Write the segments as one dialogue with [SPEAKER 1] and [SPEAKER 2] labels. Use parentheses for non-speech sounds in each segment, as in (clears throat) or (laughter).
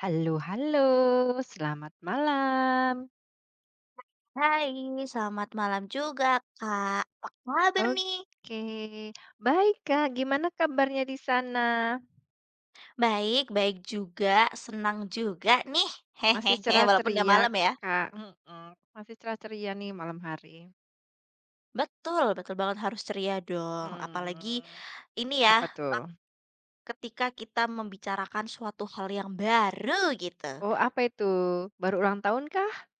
[SPEAKER 1] Halo halo, selamat malam.
[SPEAKER 2] Hai, selamat malam juga Kak. Apa kabar nih?
[SPEAKER 1] Oke, baik Kak, gimana kabarnya di sana?
[SPEAKER 2] Baik, baik juga. Senang juga nih.
[SPEAKER 1] Masih
[SPEAKER 2] Hehehe,
[SPEAKER 1] cerah
[SPEAKER 2] walaupun udah
[SPEAKER 1] ceria,
[SPEAKER 2] malam ya.
[SPEAKER 1] Kak? Mhm, masih cerah ceria nih malam hari.
[SPEAKER 2] Betul, betul banget harus ceria dong. Apalagi
[SPEAKER 1] Hmm,
[SPEAKER 2] ini ya,
[SPEAKER 1] apa tuh?
[SPEAKER 2] ketika kita membicarakan suatu hal yang baru gitu.
[SPEAKER 1] Oh, apa itu? Baru ulang tahun kah?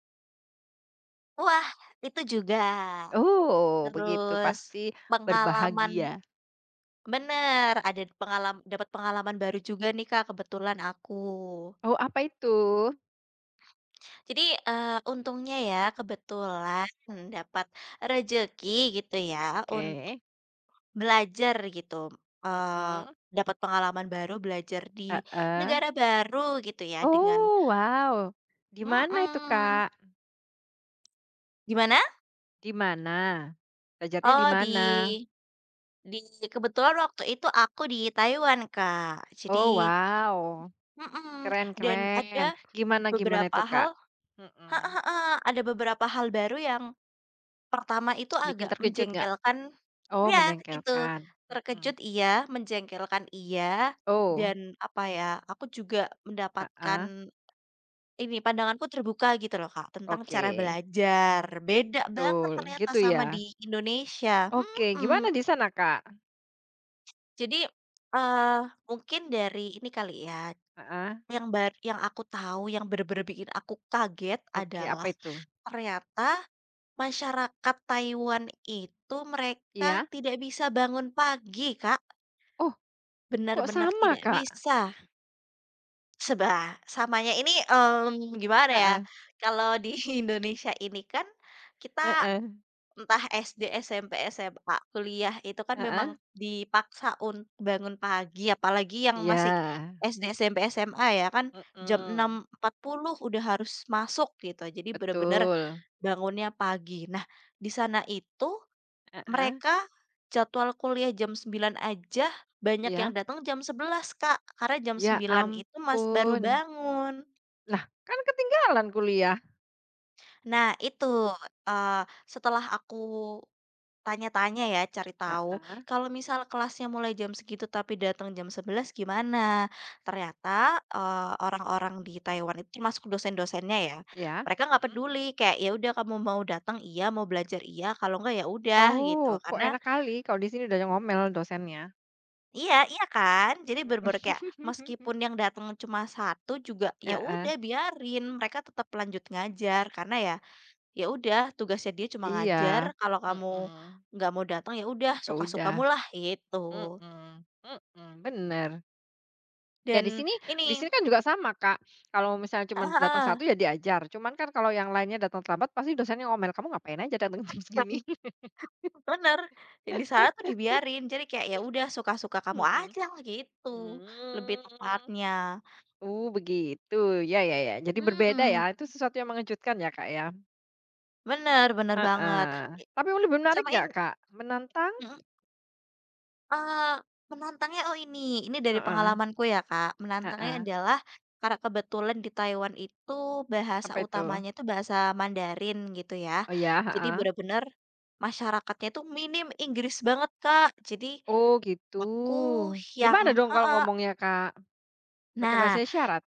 [SPEAKER 2] Wah, itu juga.
[SPEAKER 1] Oh, begitu,
[SPEAKER 2] Terus
[SPEAKER 1] pasti
[SPEAKER 2] pengalaman
[SPEAKER 1] berbahagia.
[SPEAKER 2] bener, ada pengalaman dapat pengalaman baru juga nih Kak, kebetulan aku.
[SPEAKER 1] Oh, apa itu?
[SPEAKER 2] Jadi, untungnya ya kebetulan mendapat rejeki gitu ya untuk
[SPEAKER 1] Oke.
[SPEAKER 2] belajar gitu, eee,
[SPEAKER 1] Uh
[SPEAKER 2] dapat pengalaman baru belajar di
[SPEAKER 1] uh.
[SPEAKER 2] negara baru gitu ya dengan
[SPEAKER 1] Oh, wow, di mana itu,
[SPEAKER 2] mhm,
[SPEAKER 1] Kak?
[SPEAKER 2] gimana?
[SPEAKER 1] Di mana? Belajarnya di
[SPEAKER 2] Oh
[SPEAKER 1] mana?
[SPEAKER 2] di kebetulan waktu itu aku di Taiwan, Kak. Jadi
[SPEAKER 1] Oh, wow,
[SPEAKER 2] mhm,
[SPEAKER 1] keren
[SPEAKER 2] dan
[SPEAKER 1] keren.
[SPEAKER 2] ada
[SPEAKER 1] Gimana gimana
[SPEAKER 2] beberapa
[SPEAKER 1] itu, Kak?
[SPEAKER 2] hal
[SPEAKER 1] Mhm.
[SPEAKER 2] (laughs) ada beberapa hal baru yang pertama itu
[SPEAKER 1] Bikin
[SPEAKER 2] agak
[SPEAKER 1] terkejut nggak?
[SPEAKER 2] menjengkelkan
[SPEAKER 1] Oh,
[SPEAKER 2] ya itu.
[SPEAKER 1] menjengkelkan. Mhm.
[SPEAKER 2] Terkejut iya, menjengkelkan iya,
[SPEAKER 1] Oh,
[SPEAKER 2] dan apa ya, aku juga mendapatkan
[SPEAKER 1] ah,
[SPEAKER 2] ini, pandanganku terbuka gitu loh, Kak, tentang
[SPEAKER 1] oke,
[SPEAKER 2] cara belajar. Beda banget
[SPEAKER 1] betul,
[SPEAKER 2] ternyata
[SPEAKER 1] gitu
[SPEAKER 2] sama
[SPEAKER 1] ya.
[SPEAKER 2] di Indonesia.
[SPEAKER 1] Oke,
[SPEAKER 2] Mhm.
[SPEAKER 1] gimana di sana, Kak?
[SPEAKER 2] Jadi, eee, mungkin dari ini kali ya,
[SPEAKER 1] Ah,
[SPEAKER 2] yang aku tahu yang bener-bener bikin aku kaget
[SPEAKER 1] oke, apa
[SPEAKER 2] adalah
[SPEAKER 1] itu?
[SPEAKER 2] ternyata masyarakat Taiwan itu mereka
[SPEAKER 1] Iya?
[SPEAKER 2] tidak bisa bangun pagi, Kak,
[SPEAKER 1] Oh, kok
[SPEAKER 2] benar-benar
[SPEAKER 1] sama,
[SPEAKER 2] tidak
[SPEAKER 1] Kak?
[SPEAKER 2] bisa. Sebab samanya ini, gimana ya,
[SPEAKER 1] Heeh,
[SPEAKER 2] kalau di (laughs) Indonesia ini kan kita
[SPEAKER 1] heeh,
[SPEAKER 2] entah SD, SMP, SMA, kuliah itu kan
[SPEAKER 1] heeh,
[SPEAKER 2] memang dipaksa untuk bangun pagi, apalagi yang
[SPEAKER 1] iya,
[SPEAKER 2] masih SD, SMP, SMA ya kan jam
[SPEAKER 1] mhm,
[SPEAKER 2] enam empat puluh udah harus masuk gitu, jadi benar-benar
[SPEAKER 1] betul,
[SPEAKER 2] bangunnya pagi. Nah, di sana itu
[SPEAKER 1] heeh,
[SPEAKER 2] mereka jadwal kuliah jam 9 aja banyak yang
[SPEAKER 1] iya.
[SPEAKER 2] datang jam 11 Kak, karena jam
[SPEAKER 1] Ya
[SPEAKER 2] sembilan itu mas baru
[SPEAKER 1] ampun.
[SPEAKER 2] bangun.
[SPEAKER 1] Lah, kan ketinggalan kuliah.
[SPEAKER 2] Nah itu, setelah aku tanya-tanya ya, cari tahu,
[SPEAKER 1] Heeh.
[SPEAKER 2] kalau misal kelasnya mulai jam segitu tapi datang jam 11 gimana? Ternyata, orang-orang di Taiwan itu termasuk dosen-dosennya ya,
[SPEAKER 1] Iya.
[SPEAKER 2] mereka nggak
[SPEAKER 1] Mhm.
[SPEAKER 2] peduli kayak, "Ya udah kamu mau datang iya, mau belajar iya, kalau nggak ya udah," gitu.
[SPEAKER 1] Oh, kok
[SPEAKER 2] Karena
[SPEAKER 1] enak kali, kalau di sini udah ngomel dosennya.
[SPEAKER 2] iya iya kan? Jadi bener-bener kayak
[SPEAKER 1] (laughs) Mhm.
[SPEAKER 2] meskipun yang datang cuma satu juga, ya
[SPEAKER 1] Heeh,
[SPEAKER 2] udah biarin, mereka tetap lanjut ngajar karena ya, ya udah tugasnya dia cuma ngajar,
[SPEAKER 1] iya.
[SPEAKER 2] kalau kamu
[SPEAKER 1] Mhm.
[SPEAKER 2] nggak mau datang, ya udah
[SPEAKER 1] Ya udah.
[SPEAKER 2] suka-sukamu lah gitu.
[SPEAKER 1] Mhm, mhm. Bener. Ya di
[SPEAKER 2] Dan
[SPEAKER 1] sini di
[SPEAKER 2] ini
[SPEAKER 1] sini kan juga sama, Kak. Kalau misalnya cuman datang satu
[SPEAKER 2] heeh
[SPEAKER 1] ya diajar, cuman kan kalau yang lainnya datang terlambat pasti dosennya ngomel, "Kamu ngapain aja datang jam segini?"
[SPEAKER 2] (laughs) bener, di sana tuh dibiarin, jadi kayak ya udah suka-suka kamu
[SPEAKER 1] Mhm.
[SPEAKER 2] aja gitu, lebih
[SPEAKER 1] Mmm.
[SPEAKER 2] tepatnya.
[SPEAKER 1] Oh begitu, ya ya ya. Jadi berbeda ya,
[SPEAKER 2] Mhm,
[SPEAKER 1] itu sesuatu yang mengejutkan ya, Kak, ya?
[SPEAKER 2] bener bener banget.
[SPEAKER 1] Heeh. Tapi lebih menarik
[SPEAKER 2] Sama
[SPEAKER 1] nggak,
[SPEAKER 2] ini
[SPEAKER 1] Kak? Menantang?
[SPEAKER 2] mhm? Eee, menantangnya ini dari
[SPEAKER 1] Heeh
[SPEAKER 2] pengalamanku ya, Kak. Menantangnya
[SPEAKER 1] heeh.
[SPEAKER 2] adalah karena kebetulan di Taiwan itu bahasa
[SPEAKER 1] Apa itu?
[SPEAKER 2] utamanya itu bahasa Mandarin gitu ya.
[SPEAKER 1] Oh ya,
[SPEAKER 2] Jadi
[SPEAKER 1] heeh.
[SPEAKER 2] bener-bener masyarakatnya itu minim Inggris banget, Kak. Jadi
[SPEAKER 1] Oh gitu.
[SPEAKER 2] aku yang
[SPEAKER 1] Gimana dong kalau
[SPEAKER 2] heeh.
[SPEAKER 1] ngomongnya, Kak? Pakai
[SPEAKER 2] Nah,
[SPEAKER 1] bahasa isyarat?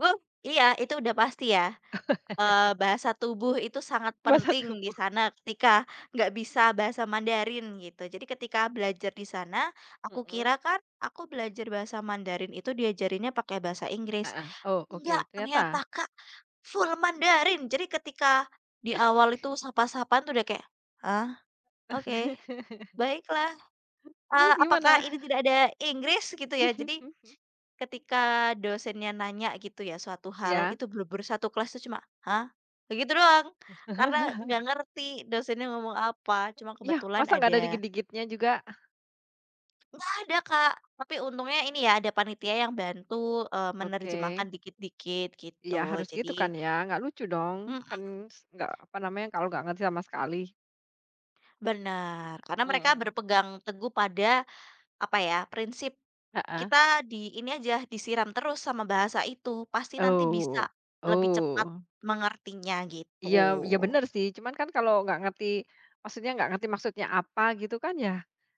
[SPEAKER 2] uh, iya itu udah pasti ya. Bahasa tubuh itu sangat
[SPEAKER 1] (laughs) Bahasa
[SPEAKER 2] penting di
[SPEAKER 1] tubuh?
[SPEAKER 2] sana ketika nggak bisa bahasa Mandarin gitu. Jadi ketika belajar di sana, aku
[SPEAKER 1] Mhm,
[SPEAKER 2] kira kan aku belajar bahasa Mandarin itu diajarinnya pakai bahasa Inggris.
[SPEAKER 1] heeh. Oh oke,
[SPEAKER 2] Enggak, ternyata
[SPEAKER 1] ternyata.
[SPEAKER 2] Kak, full Mandarin. Jadi ketika di awal itu sapa-sapaan tuh udah kayak, "Hah? Oke.
[SPEAKER 1] (laughs)
[SPEAKER 2] Baiklah,
[SPEAKER 1] Terus
[SPEAKER 2] apakah
[SPEAKER 1] gimana?
[SPEAKER 2] ini tidak ada Inggris?" Gitu ya. Jadi
[SPEAKER 1] (laughs)
[SPEAKER 2] ketika dosennya nanya gitu ya suatu hal,
[SPEAKER 1] ya
[SPEAKER 2] itu bener-bener satu kelas tuh cuma, "Hah?" Begitu doang. Karena nggak ngerti dosennya ngomong apa, cuma
[SPEAKER 1] Iya,
[SPEAKER 2] kebetulan
[SPEAKER 1] masa nggak ada
[SPEAKER 2] ada
[SPEAKER 1] dikit-dikitnya juga?
[SPEAKER 2] nggak ada, Kak, tapi untungnya ini ya ada panitia yang bantu,
[SPEAKER 1] Oke.
[SPEAKER 2] menerjemahkan dikit-dikit
[SPEAKER 1] Iya
[SPEAKER 2] gitu.
[SPEAKER 1] harus gitu kan
[SPEAKER 2] Jadi
[SPEAKER 1] ya, nggak lucu dong.
[SPEAKER 2] mhm,
[SPEAKER 1] Kan nggak apa namanya, kalau nggak ngerti sama sekali.
[SPEAKER 2] bener, karena mereka
[SPEAKER 1] Mhm,
[SPEAKER 2] berpegang teguh pada apa ya, prinsip
[SPEAKER 1] heeh.
[SPEAKER 2] kita di ini aja, disiram terus sama bahasa itu, pasti nanti bisa
[SPEAKER 1] Oh
[SPEAKER 2] lebih cepat
[SPEAKER 1] oh,
[SPEAKER 2] mengertinya gitu.
[SPEAKER 1] iya iya bener sih, cuman kan kalau nggak ngerti maksudnya, nggak ngerti maksudnya apa gitu kan ya,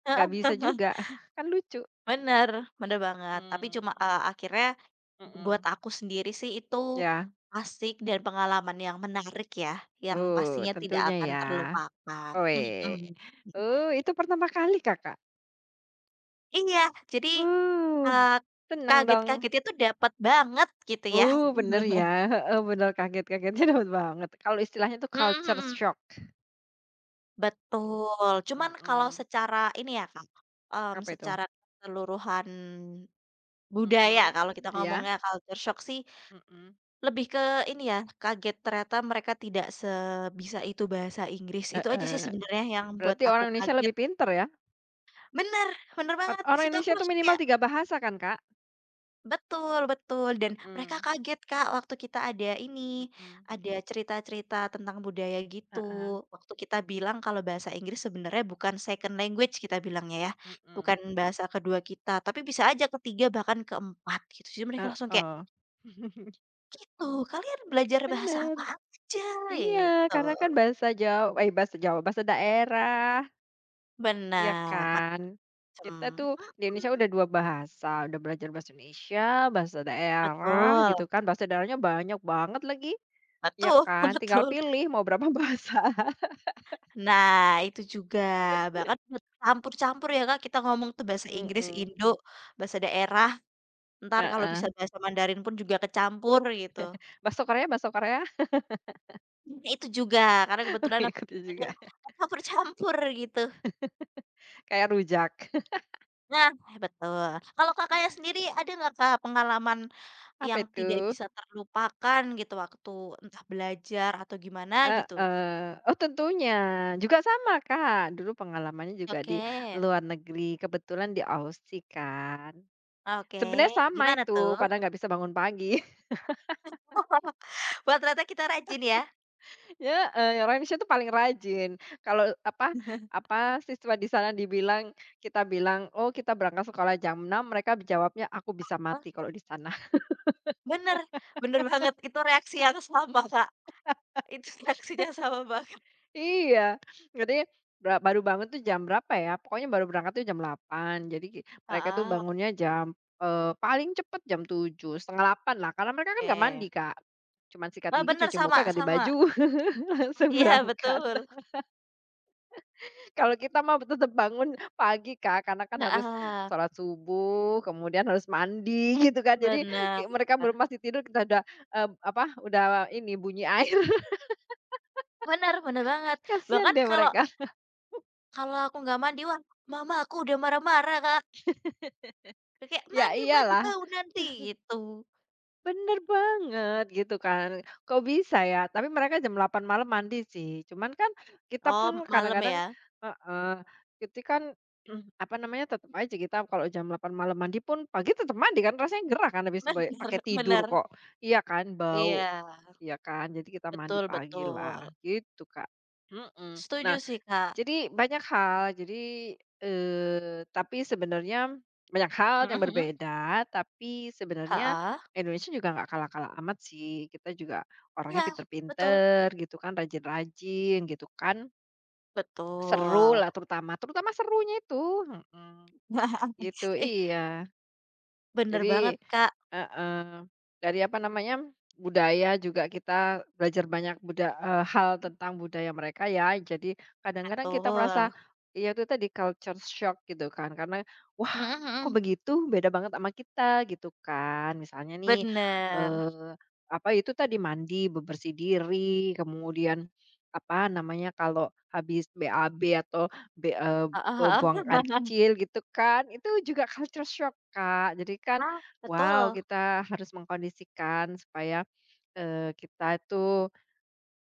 [SPEAKER 2] (laughs)
[SPEAKER 1] nggak bisa
[SPEAKER 2] Heeh heeh.
[SPEAKER 1] juga, (laughs) kan lucu.
[SPEAKER 2] Bener bener banget. Tapi
[SPEAKER 1] Mmm,
[SPEAKER 2] cuma, akhirnya buat
[SPEAKER 1] mhm,
[SPEAKER 2] aku sendiri sih itu
[SPEAKER 1] ya,
[SPEAKER 2] asik dan pengalaman yang menarik ya, yang
[SPEAKER 1] oh
[SPEAKER 2] pastinya tidak
[SPEAKER 1] tentunya
[SPEAKER 2] akan
[SPEAKER 1] ya.
[SPEAKER 2] terlupakan.
[SPEAKER 1] Weh,
[SPEAKER 2] Mhm.
[SPEAKER 1] oh itu pertama kali Kakak?
[SPEAKER 2] Iya, jadi,
[SPEAKER 1] Uh,
[SPEAKER 2] eee,
[SPEAKER 1] seneng dong.
[SPEAKER 2] kaget-kagetnya tuh dapat banget gitu ya.
[SPEAKER 1] Oh bener ya,
[SPEAKER 2] (laughs)
[SPEAKER 1] (laughs) oh bener kaget-kagetnya dapet (laughs) banget. Kalau istilahnya tuh
[SPEAKER 2] Mhm
[SPEAKER 1] culture
[SPEAKER 2] mhm.
[SPEAKER 1] shock.
[SPEAKER 2] Betul. Cuman kalau
[SPEAKER 1] Mhm,
[SPEAKER 2] secara ini ya Kak,
[SPEAKER 1] apa itu?
[SPEAKER 2] secara keseluruhan budaya
[SPEAKER 1] Mhm,
[SPEAKER 2] kalau kita
[SPEAKER 1] iya,
[SPEAKER 2] ngomongnya culture shock sih
[SPEAKER 1] mhm.
[SPEAKER 2] lebih ke ini ya, kaget ternyata mereka tidak sebisa itu bahasa Inggris, itu aja sih
[SPEAKER 1] Heeh.
[SPEAKER 2] sebenarnya yang buat
[SPEAKER 1] Berarti
[SPEAKER 2] aku
[SPEAKER 1] orang Indonesia
[SPEAKER 2] kaget.
[SPEAKER 1] lebih pinter ya?
[SPEAKER 2] Bener, bener banget, di
[SPEAKER 1] Orang
[SPEAKER 2] situ aku
[SPEAKER 1] Indonesia itu
[SPEAKER 2] langsung
[SPEAKER 1] minimal
[SPEAKER 2] kayak
[SPEAKER 1] 3 bahasa kan, Kak?
[SPEAKER 2] betul betul, dan mereka
[SPEAKER 1] Mhm,
[SPEAKER 2] kaget, Kak, waktu kita ada ini,
[SPEAKER 1] mhm,
[SPEAKER 2] ada cerita-cerita tentang budaya
[SPEAKER 1] heeh,
[SPEAKER 2] gitu, waktu kita bilang kalau bahasa Inggris sebenarnya bukan second language kita bilangnya ya, bukan
[SPEAKER 1] mhm.
[SPEAKER 2] bahasa kedua kita, tapi bisa aja ketiga bahkan keempat gitu, jadi mereka langsung kayak,
[SPEAKER 1] Heeh. (laughs)
[SPEAKER 2] "Gitu, kalian belajar bahasa
[SPEAKER 1] Bener.
[SPEAKER 2] apa aja?"
[SPEAKER 1] Iya,
[SPEAKER 2] Gitu.
[SPEAKER 1] karena kan bahasa Jawa, bahasa daerah, iya
[SPEAKER 2] Bener,
[SPEAKER 1] kan? Kita
[SPEAKER 2] macem-macem.
[SPEAKER 1] tuh di Indonesia
[SPEAKER 2] Mhm,
[SPEAKER 1] udah 2 bahasa, udah belajar bahasa Indonesia, bahasa daerah
[SPEAKER 2] betul
[SPEAKER 1] gitu kan, bahasa daerahnya banyak banget lagi, ya
[SPEAKER 2] betul
[SPEAKER 1] kan?
[SPEAKER 2] (laughs)
[SPEAKER 1] Tinggal
[SPEAKER 2] betul.
[SPEAKER 1] pilih mau berapa bahasa.
[SPEAKER 2] Nah, itu juga, bahkan
[SPEAKER 1] (laughs)
[SPEAKER 2] bercampur-campur ya, Kak, kita ngomong tuh bahasa Inggris,
[SPEAKER 1] Mhm,
[SPEAKER 2] Indo, bahasa daerah, entar kalau
[SPEAKER 1] heeh.
[SPEAKER 2] bisa bahasa Mandarin pun juga kecampur gitu.
[SPEAKER 1] Bahasa Korea,
[SPEAKER 2] Nah, itu juga, karena
[SPEAKER 1] (laughs)
[SPEAKER 2] kebetulan aku
[SPEAKER 1] ikut
[SPEAKER 2] kadang
[SPEAKER 1] juga.
[SPEAKER 2] kecampur-campur gitu.
[SPEAKER 1] Kayak rujak. (laughs)
[SPEAKER 2] Nah betul. Kalau Kakaknya sendiri ada nggak, Kak, pengalaman
[SPEAKER 1] Apa
[SPEAKER 2] yang tidak
[SPEAKER 1] itu?
[SPEAKER 2] bisa terlupakan gitu waktu entah belajar atau gimana gitu?
[SPEAKER 1] Heeh. Oh, tentunya. Juga sama, Kak. Dulu pengalamannya juga di
[SPEAKER 2] Oke.
[SPEAKER 1] luar negeri, kebetulan di Aussie kan.
[SPEAKER 2] Oke,
[SPEAKER 1] Sebenarnya sama
[SPEAKER 2] gimana
[SPEAKER 1] itu,
[SPEAKER 2] tuh?
[SPEAKER 1] padahal nggak bisa bangun pagi.
[SPEAKER 2] (laughs) Wah, ternyata kita rajin ya?
[SPEAKER 1] (laughs) Heeh, orang Indonesia tuh paling rajin. Kalau apa
[SPEAKER 2] (laughs)
[SPEAKER 1] apa siswa di sana kita bilang, "Oh, kita berangkat sekolah jam 6," mereka jawabnya, "Aku bisa
[SPEAKER 2] Wah,
[SPEAKER 1] mati kalau di sana."
[SPEAKER 2] bener bener banget, itu reaksi yang sama, Kak, itu (laughs) reaksinya sama banget.
[SPEAKER 1] Iya, berarti baru bangun tuh jam berapa ya? Pokoknya baru berangkat tuh jam 8. Jadi mereka tuh
[SPEAKER 2] Heeh,
[SPEAKER 1] bangunnya jam, paling cepet jam 7 setengah delapan lah, karena mereka kan nggak mandi,
[SPEAKER 2] oke.
[SPEAKER 1] Kak. Cuman sikat
[SPEAKER 2] Wah,
[SPEAKER 1] gigi,
[SPEAKER 2] bener
[SPEAKER 1] cuci muka,
[SPEAKER 2] sama
[SPEAKER 1] ganti baju,
[SPEAKER 2] sama.
[SPEAKER 1] (laughs) langsung
[SPEAKER 2] Iya,
[SPEAKER 1] berangkat.
[SPEAKER 2] betul.
[SPEAKER 1] Kalau kita mah tetap bangun pagi, Kak, karena kan harus
[SPEAKER 2] Heeh,
[SPEAKER 1] sholat subuh, kemudian harus mandi (laughs) gitu kan. Jadi
[SPEAKER 2] bener.
[SPEAKER 1] kayak mereka belum masih tidur, kita udah, apa, udah, ini bunyi air.
[SPEAKER 2] Bener bener banget.
[SPEAKER 1] (laughs) Kasihan
[SPEAKER 2] Bahkan
[SPEAKER 1] deh
[SPEAKER 2] kalau
[SPEAKER 1] mereka.
[SPEAKER 2] kalau aku nggak mandi, wah, mama aku udah marah-marah, Kak. Kayak,
[SPEAKER 1] Ya
[SPEAKER 2] "Mandi mandi
[SPEAKER 1] iyalah.
[SPEAKER 2] bau nanti," gitu.
[SPEAKER 1] Bener banget gitu kan, kok bisa ya? Tapi mereka jam 8 malam mandi sih, cuman kan kita
[SPEAKER 2] Oh,
[SPEAKER 1] pun
[SPEAKER 2] malam
[SPEAKER 1] kadang-kadang
[SPEAKER 2] ya?
[SPEAKER 1] heeh, itu kan, (clears throat) apa namanya, tetap aja kita kalau jam 8 malam mandi pun pagi tetap mandi kan, rasanya gerah kan habis pakai
[SPEAKER 2] (laughs) Bener
[SPEAKER 1] tidur
[SPEAKER 2] bener.
[SPEAKER 1] kok, iya kan, bau,
[SPEAKER 2] Iya,
[SPEAKER 1] iya kan, jadi kita mandi
[SPEAKER 2] betul
[SPEAKER 1] pagi lah
[SPEAKER 2] betul.
[SPEAKER 1] gitu, Kak, mhm. Nah
[SPEAKER 2] Setuju sih, Kak.
[SPEAKER 1] jadi banyak hal, jadi, tapi sebenarnya banyak hal yang
[SPEAKER 2] Mhm mhm.
[SPEAKER 1] berbeda, tapi sebenarnya
[SPEAKER 2] Heeh,
[SPEAKER 1] Indonesia juga nggak kalah-kalah amat sih. Kita juga orangnya
[SPEAKER 2] iya, betul
[SPEAKER 1] pinter-pinter gitu kan, rajin-rajin gitu kan. Seru
[SPEAKER 2] betul.
[SPEAKER 1] lah terutama terutama serunya itu,
[SPEAKER 2] (laughs)
[SPEAKER 1] gitu,
[SPEAKER 2] Ih,
[SPEAKER 1] iya.
[SPEAKER 2] bener banget,
[SPEAKER 1] Jadi,
[SPEAKER 2] Kak,
[SPEAKER 1] heeh, dari apa namanya, budaya juga kita belajar banyak hal tentang budaya mereka ya. Jadi kadang-kadang kita merasa,
[SPEAKER 2] betul.
[SPEAKER 1] ya itu tadi culture shock gitu kan karena, "Wah,
[SPEAKER 2] Mhm
[SPEAKER 1] kok
[SPEAKER 2] mhm.
[SPEAKER 1] begitu? Beda banget sama kita," gitu kan. Misalnya nih,
[SPEAKER 2] Bener,
[SPEAKER 1] eee, apa itu tadi mandi, bebersih diri, kemudian apa namanya, kalau habis BAB atau be eee,
[SPEAKER 2] heeh heeh.
[SPEAKER 1] buang air
[SPEAKER 2] (laughs)
[SPEAKER 1] kecil gitu kan, itu juga culture shock, Kak. Jadi kan
[SPEAKER 2] Nah,
[SPEAKER 1] wow,
[SPEAKER 2] betul.
[SPEAKER 1] kita harus mengkondisikan supaya, kita itu,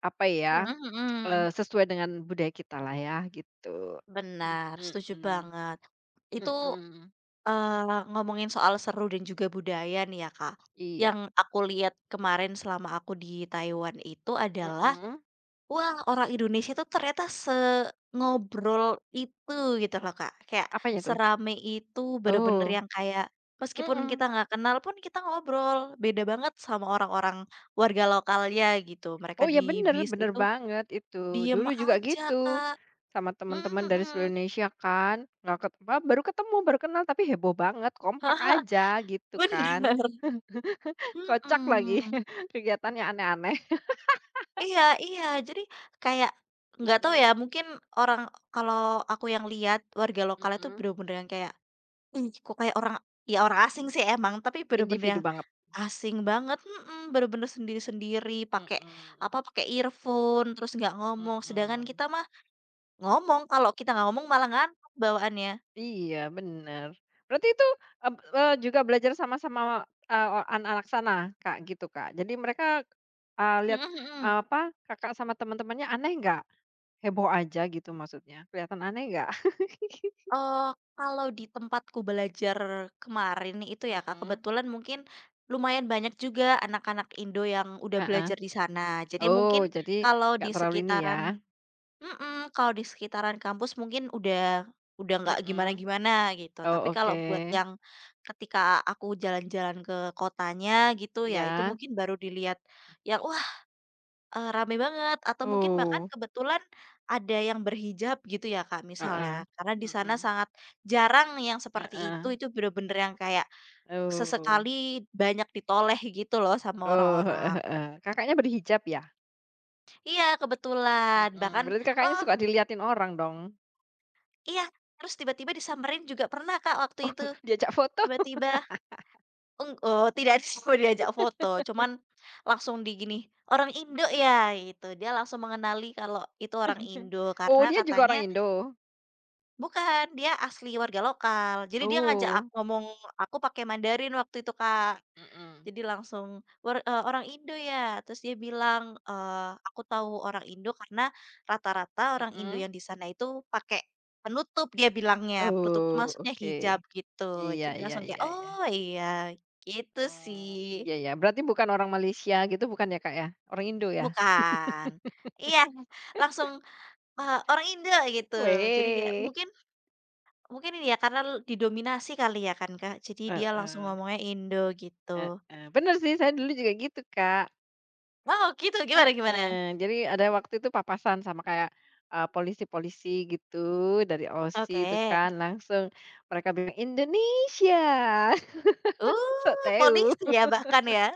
[SPEAKER 1] apa ya,
[SPEAKER 2] Mhm mhm.
[SPEAKER 1] sesuai dengan budaya kita lah ya, gitu.
[SPEAKER 2] Benar,
[SPEAKER 1] (clears throat)
[SPEAKER 2] setuju banget. Itu,
[SPEAKER 1] Mhm mhm,
[SPEAKER 2] ngomongin soal seru dan juga budaya nih ya, Kak.
[SPEAKER 1] iya,
[SPEAKER 2] Yang aku lihat kemarin selama aku di Taiwan itu adalah
[SPEAKER 1] mhm,
[SPEAKER 2] wah, orang Indonesia tuh ternyata sengobrol itu gitu loh, Kak. Kayak
[SPEAKER 1] apanya tuh?
[SPEAKER 2] serame itu bener-bener
[SPEAKER 1] Oh,
[SPEAKER 2] yang kayak meskipun kita
[SPEAKER 1] mhm,
[SPEAKER 2] nggak kenal pun kita ngobrol, beda banget sama orang-orang warga lokalnya gitu. Mereka
[SPEAKER 1] oh
[SPEAKER 2] di
[SPEAKER 1] ya bener,
[SPEAKER 2] bis
[SPEAKER 1] bener
[SPEAKER 2] itu
[SPEAKER 1] banget itu.
[SPEAKER 2] diem
[SPEAKER 1] Dulu juga
[SPEAKER 2] aja,
[SPEAKER 1] gitu,
[SPEAKER 2] Kak.
[SPEAKER 1] sama
[SPEAKER 2] Mhm
[SPEAKER 1] teman-teman dari seluruh
[SPEAKER 2] mhm. (laughs)
[SPEAKER 1] Indonesia kan, nggak ketemu, baru ketemu, baru kenal tapi heboh banget, kompak
[SPEAKER 2] Haha,
[SPEAKER 1] aja gitu kan.
[SPEAKER 2] bener.
[SPEAKER 1] (laughs) Kocak lagi, (laughs)
[SPEAKER 2] Mhm.
[SPEAKER 1] kegiatannya aneh-aneh.
[SPEAKER 2] Iya iya, jadi kayak nggak tahu
[SPEAKER 1] Mhm
[SPEAKER 2] ya mungkin orang kalau aku yang lihat warga lokal itu
[SPEAKER 1] mhm.
[SPEAKER 2] bener-bener yang kayak ih, kok kayak orang ya orang asing sih emang, tapi bener-bener
[SPEAKER 1] Individu
[SPEAKER 2] yang
[SPEAKER 1] banget.
[SPEAKER 2] asing banget, bener-bener sendiri-sendiri, pakai
[SPEAKER 1] Mhm,
[SPEAKER 2] apa, pakai earphone, terus nggak ngomong, sedangkan
[SPEAKER 1] mhm.
[SPEAKER 2] kita mah ngomong, kalau kita nggak ngomong malah ngantuk bawaannya.
[SPEAKER 1] Iya, bener. Berarti itu, juga belajar sama-sama, anak-anak sana, Kak, gitu, Kak? Jadi mereka, lihat,
[SPEAKER 2] Mhm mhm.
[SPEAKER 1] apa, Kakak sama teman-temannya aneh nggak? Heboh aja gitu maksudnya, kelihatan aneh nggak?
[SPEAKER 2] Eee, kalau di tempatku belajar kemarin itu ya, Kak,
[SPEAKER 1] Mhm. (laughs)
[SPEAKER 2] kebetulan mungkin lumayan banyak juga anak-anak Indo yang udah
[SPEAKER 1] Heeh.
[SPEAKER 2] belajar di sana. Jadi
[SPEAKER 1] Oh,
[SPEAKER 2] mungkin
[SPEAKER 1] jadi
[SPEAKER 2] kalau
[SPEAKER 1] nggak
[SPEAKER 2] di
[SPEAKER 1] terlalu ini
[SPEAKER 2] sekitaran
[SPEAKER 1] ya?
[SPEAKER 2] Mhm, kalau di sekitaran kampus mungkin udah nggak
[SPEAKER 1] Mhm.
[SPEAKER 2] gimana-gimana gitu,
[SPEAKER 1] Oh,
[SPEAKER 2] tapi kalau
[SPEAKER 1] oke.
[SPEAKER 2] buat yang ketika aku jalan-jalan ke kotanya gitu ya, itu
[SPEAKER 1] Iya.
[SPEAKER 2] mungkin baru dilihat yang, wah, rame banget atau mungkin bahkan
[SPEAKER 1] Oh,
[SPEAKER 2] kebetulan ada yang berhijab gitu ya, Kak, misalnya.
[SPEAKER 1] heeh.
[SPEAKER 2] Karena di sana
[SPEAKER 1] Mhm.
[SPEAKER 2] sangat jarang yang seperti
[SPEAKER 1] Heeh.
[SPEAKER 2] itu bener-bener yang kayak
[SPEAKER 1] Oh.
[SPEAKER 2] sesekali banyak ditoleh gitu loh sama
[SPEAKER 1] Oh, heeh
[SPEAKER 2] orang-orang.
[SPEAKER 1] heeh. Kakaknya berhijab ya?
[SPEAKER 2] Iya, kebetulan
[SPEAKER 1] Mhm,
[SPEAKER 2] bahkan
[SPEAKER 1] berarti Kakaknya
[SPEAKER 2] oh
[SPEAKER 1] suka diliatin orang dong?
[SPEAKER 2] iya, terus tiba-tiba disamperin juga pernah, Kak, waktu itu.
[SPEAKER 1] (laughs) Diajak foto?
[SPEAKER 2] Tiba-tiba tidak (laughs) disuruh diajak foto, cuman langsung di gini, "Orang Indo ya?" Gitu. Dia langsung mengenali kalau itu orang Indo,
[SPEAKER 1] Oh,
[SPEAKER 2] karena
[SPEAKER 1] dia juga
[SPEAKER 2] katanya
[SPEAKER 1] orang Indo?
[SPEAKER 2] bukan, dia asli warga lokal. Jadi dia ngajak
[SPEAKER 1] Oh.
[SPEAKER 2] ngomong aku pakai Mandarin waktu itu, Kak.
[SPEAKER 1] Mhm,
[SPEAKER 2] Jadi langsung orang Indo ya? Terus dia bilang, "Aku tahu orang Indo karena rata-rata orang Indo
[SPEAKER 1] mhm.
[SPEAKER 2] yang di sana itu pakai penutup," dia bilangnya. Penutup tuh
[SPEAKER 1] Oh,
[SPEAKER 2] maksudnya
[SPEAKER 1] oke.
[SPEAKER 2] hijab gitu.
[SPEAKER 1] Iya
[SPEAKER 2] Jadi
[SPEAKER 1] iya
[SPEAKER 2] langsung kayak,
[SPEAKER 1] iya iya.
[SPEAKER 2] "Oh iya, gitu
[SPEAKER 1] Oh,
[SPEAKER 2] sih."
[SPEAKER 1] iya ya, berarti bukan orang Malaysia gitu bukan ya, Kak, ya? Orang Indo ya?
[SPEAKER 2] Bukan. Iya, langsung, orang Indo gitu. Jadi kayak
[SPEAKER 1] Weh.
[SPEAKER 2] mungkin mungkin ini ya karena didominasi kali ya kan, Kak, jadi dia langsung
[SPEAKER 1] Heeh,
[SPEAKER 2] ngomongnya Indo gitu.
[SPEAKER 1] heeh. Bener sih saya dulu juga gitu, Kak.
[SPEAKER 2] Wow gitu, gimana gimana?
[SPEAKER 1] Heeh, jadi ada waktu itu papasan sama kayak, polisi-polisi gitu dari OSI itu
[SPEAKER 2] Oke.
[SPEAKER 1] kan, langsung mereka bilang, "Indonesia!" Sok tahu.
[SPEAKER 2] Polisi ya bahkan ya?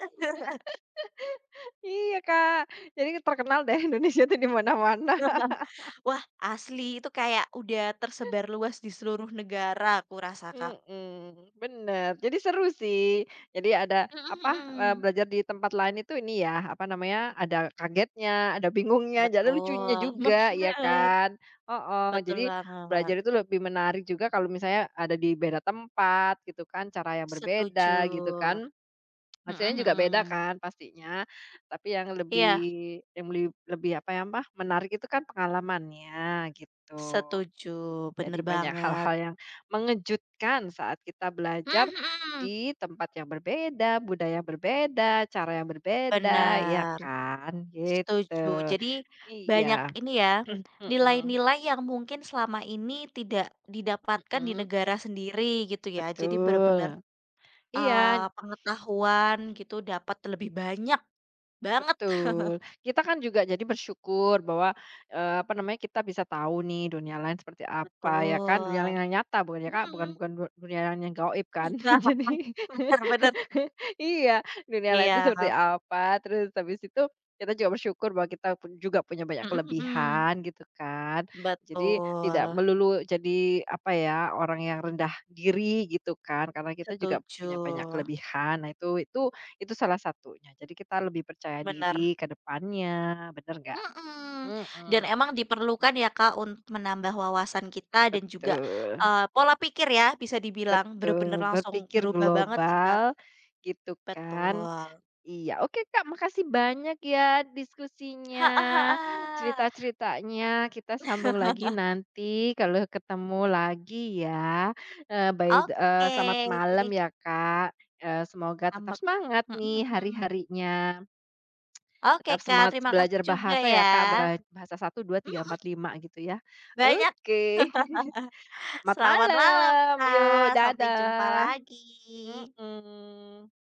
[SPEAKER 1] Iya, Kak. Jadi terkenal deh Indonesia tuh di mana-mana.
[SPEAKER 2] (laughs) Wah, asli itu kayak udah tersebar luas di seluruh negara aku rasa, Kak.
[SPEAKER 1] Mhm, bener. Jadi seru sih. Jadi ada,
[SPEAKER 2] Mhm
[SPEAKER 1] apa,
[SPEAKER 2] mhm.
[SPEAKER 1] belajar di tempat lain itu ini ya, apa namanya, ada kagetnya, ada bingungnya, jadi ada lucunya
[SPEAKER 2] Betul, (laughs)
[SPEAKER 1] juga, ya
[SPEAKER 2] bener,
[SPEAKER 1] kan? Heeh,
[SPEAKER 2] betul
[SPEAKER 1] jadi belajar
[SPEAKER 2] banget,
[SPEAKER 1] itu lebih menarik juga kalau misalnya ada di beda tempat gitu kan, cara yang
[SPEAKER 2] setuju.
[SPEAKER 1] berbeda gitu kan.
[SPEAKER 2] Mhm
[SPEAKER 1] Hasilnya juga beda
[SPEAKER 2] mhm.
[SPEAKER 1] kan pastinya, tapi yang
[SPEAKER 2] Iya,
[SPEAKER 1] lebih yang lebih lebih apa ya, apa, menarik itu kan pengalamannya gitu.
[SPEAKER 2] setuju,
[SPEAKER 1] Jadi
[SPEAKER 2] bener
[SPEAKER 1] banyak
[SPEAKER 2] banget.
[SPEAKER 1] hal-hal yang mengejutkan saat kita
[SPEAKER 2] Mhm
[SPEAKER 1] belajar
[SPEAKER 2] mhm.
[SPEAKER 1] di tempat yang berbeda, budaya berbeda, cara yang berbeda, ya
[SPEAKER 2] Benar.
[SPEAKER 1] kan? Gitu.
[SPEAKER 2] Setuju. Jadi banyak
[SPEAKER 1] Iya.
[SPEAKER 2] ini ya,
[SPEAKER 1] (clears throat) Mhm
[SPEAKER 2] nilai-nilai yang mungkin selama ini tidak didapatkan di
[SPEAKER 1] mhm.
[SPEAKER 2] negara sendiri gitu ya. Jadi benar-benar
[SPEAKER 1] Betul. Iya.
[SPEAKER 2] pengetahuan gitu dapat lebih banyak banget.
[SPEAKER 1] Betul. Kita kan juga jadi bersyukur bahwa, apa namanya, kita bisa tahu nih dunia lain seperti apa ya kan, dunia lain
[SPEAKER 2] Betul.
[SPEAKER 1] yang nyata bukan ya Kak, bukan
[SPEAKER 2] Mhm.
[SPEAKER 1] bukan dunia lain yang gaib kan.
[SPEAKER 2] Benar
[SPEAKER 1] (laughs) Jadi
[SPEAKER 2] bener.
[SPEAKER 1] (laughs)
[SPEAKER 2] (laughs)
[SPEAKER 1] (laughs) iya, dunia lain itu
[SPEAKER 2] Iya.
[SPEAKER 1] seperti apa, terus habis itu kita juga bersyukur bahwa kita pun juga punya banyak
[SPEAKER 2] Mhm mhm.
[SPEAKER 1] kelebihan gitu kan. Jadi tidak
[SPEAKER 2] Betul.
[SPEAKER 1] melulu jadi apa ya, orang yang rendah diri gitu kan, karena kita juga
[SPEAKER 2] Setuju.
[SPEAKER 1] punya banyak kelebihan. Nah itu salah satunya. Jadi kita lebih percaya
[SPEAKER 2] Benar.
[SPEAKER 1] diri ke depannya, bener nggak?
[SPEAKER 2] Mhm, dan
[SPEAKER 1] Mhm,
[SPEAKER 2] emang diperlukan ya, Kak, untuk menambah wawasan kita dan juga,
[SPEAKER 1] betul
[SPEAKER 2] pola pikir ya bisa dibilang, bener-bener
[SPEAKER 1] betul,
[SPEAKER 2] langsung
[SPEAKER 1] berpikir
[SPEAKER 2] berubah banget sih, Kak.
[SPEAKER 1] global gitu kan.
[SPEAKER 2] Betul.
[SPEAKER 1] Iya, oke Kak, makasih banyak ya diskusinya,
[SPEAKER 2] Heeh heeh.
[SPEAKER 1] cerita-ceritanya. Kita sambung lagi nanti kalau ketemu lagi ya. Selamat
[SPEAKER 2] Oke,
[SPEAKER 1] malam ya Kak, semoga tetap
[SPEAKER 2] ambek
[SPEAKER 1] semangat
[SPEAKER 2] mhm
[SPEAKER 1] nih
[SPEAKER 2] mhm.
[SPEAKER 1] hari-harinya.
[SPEAKER 2] Oke,
[SPEAKER 1] Tetap
[SPEAKER 2] Kak,
[SPEAKER 1] semangat
[SPEAKER 2] terima kasih
[SPEAKER 1] belajar
[SPEAKER 2] juga
[SPEAKER 1] bahasa ya
[SPEAKER 2] ya.
[SPEAKER 1] Kak, bahasa satu, 2, tiga,
[SPEAKER 2] Mhm,
[SPEAKER 1] 4, 5 gitu ya.
[SPEAKER 2] banyak.
[SPEAKER 1] Oke, (laughs) selamat
[SPEAKER 2] Selamat malam,
[SPEAKER 1] malam, yuk,
[SPEAKER 2] Kak, sampai jumpa
[SPEAKER 1] dadah,
[SPEAKER 2] lagi.
[SPEAKER 1] mhm.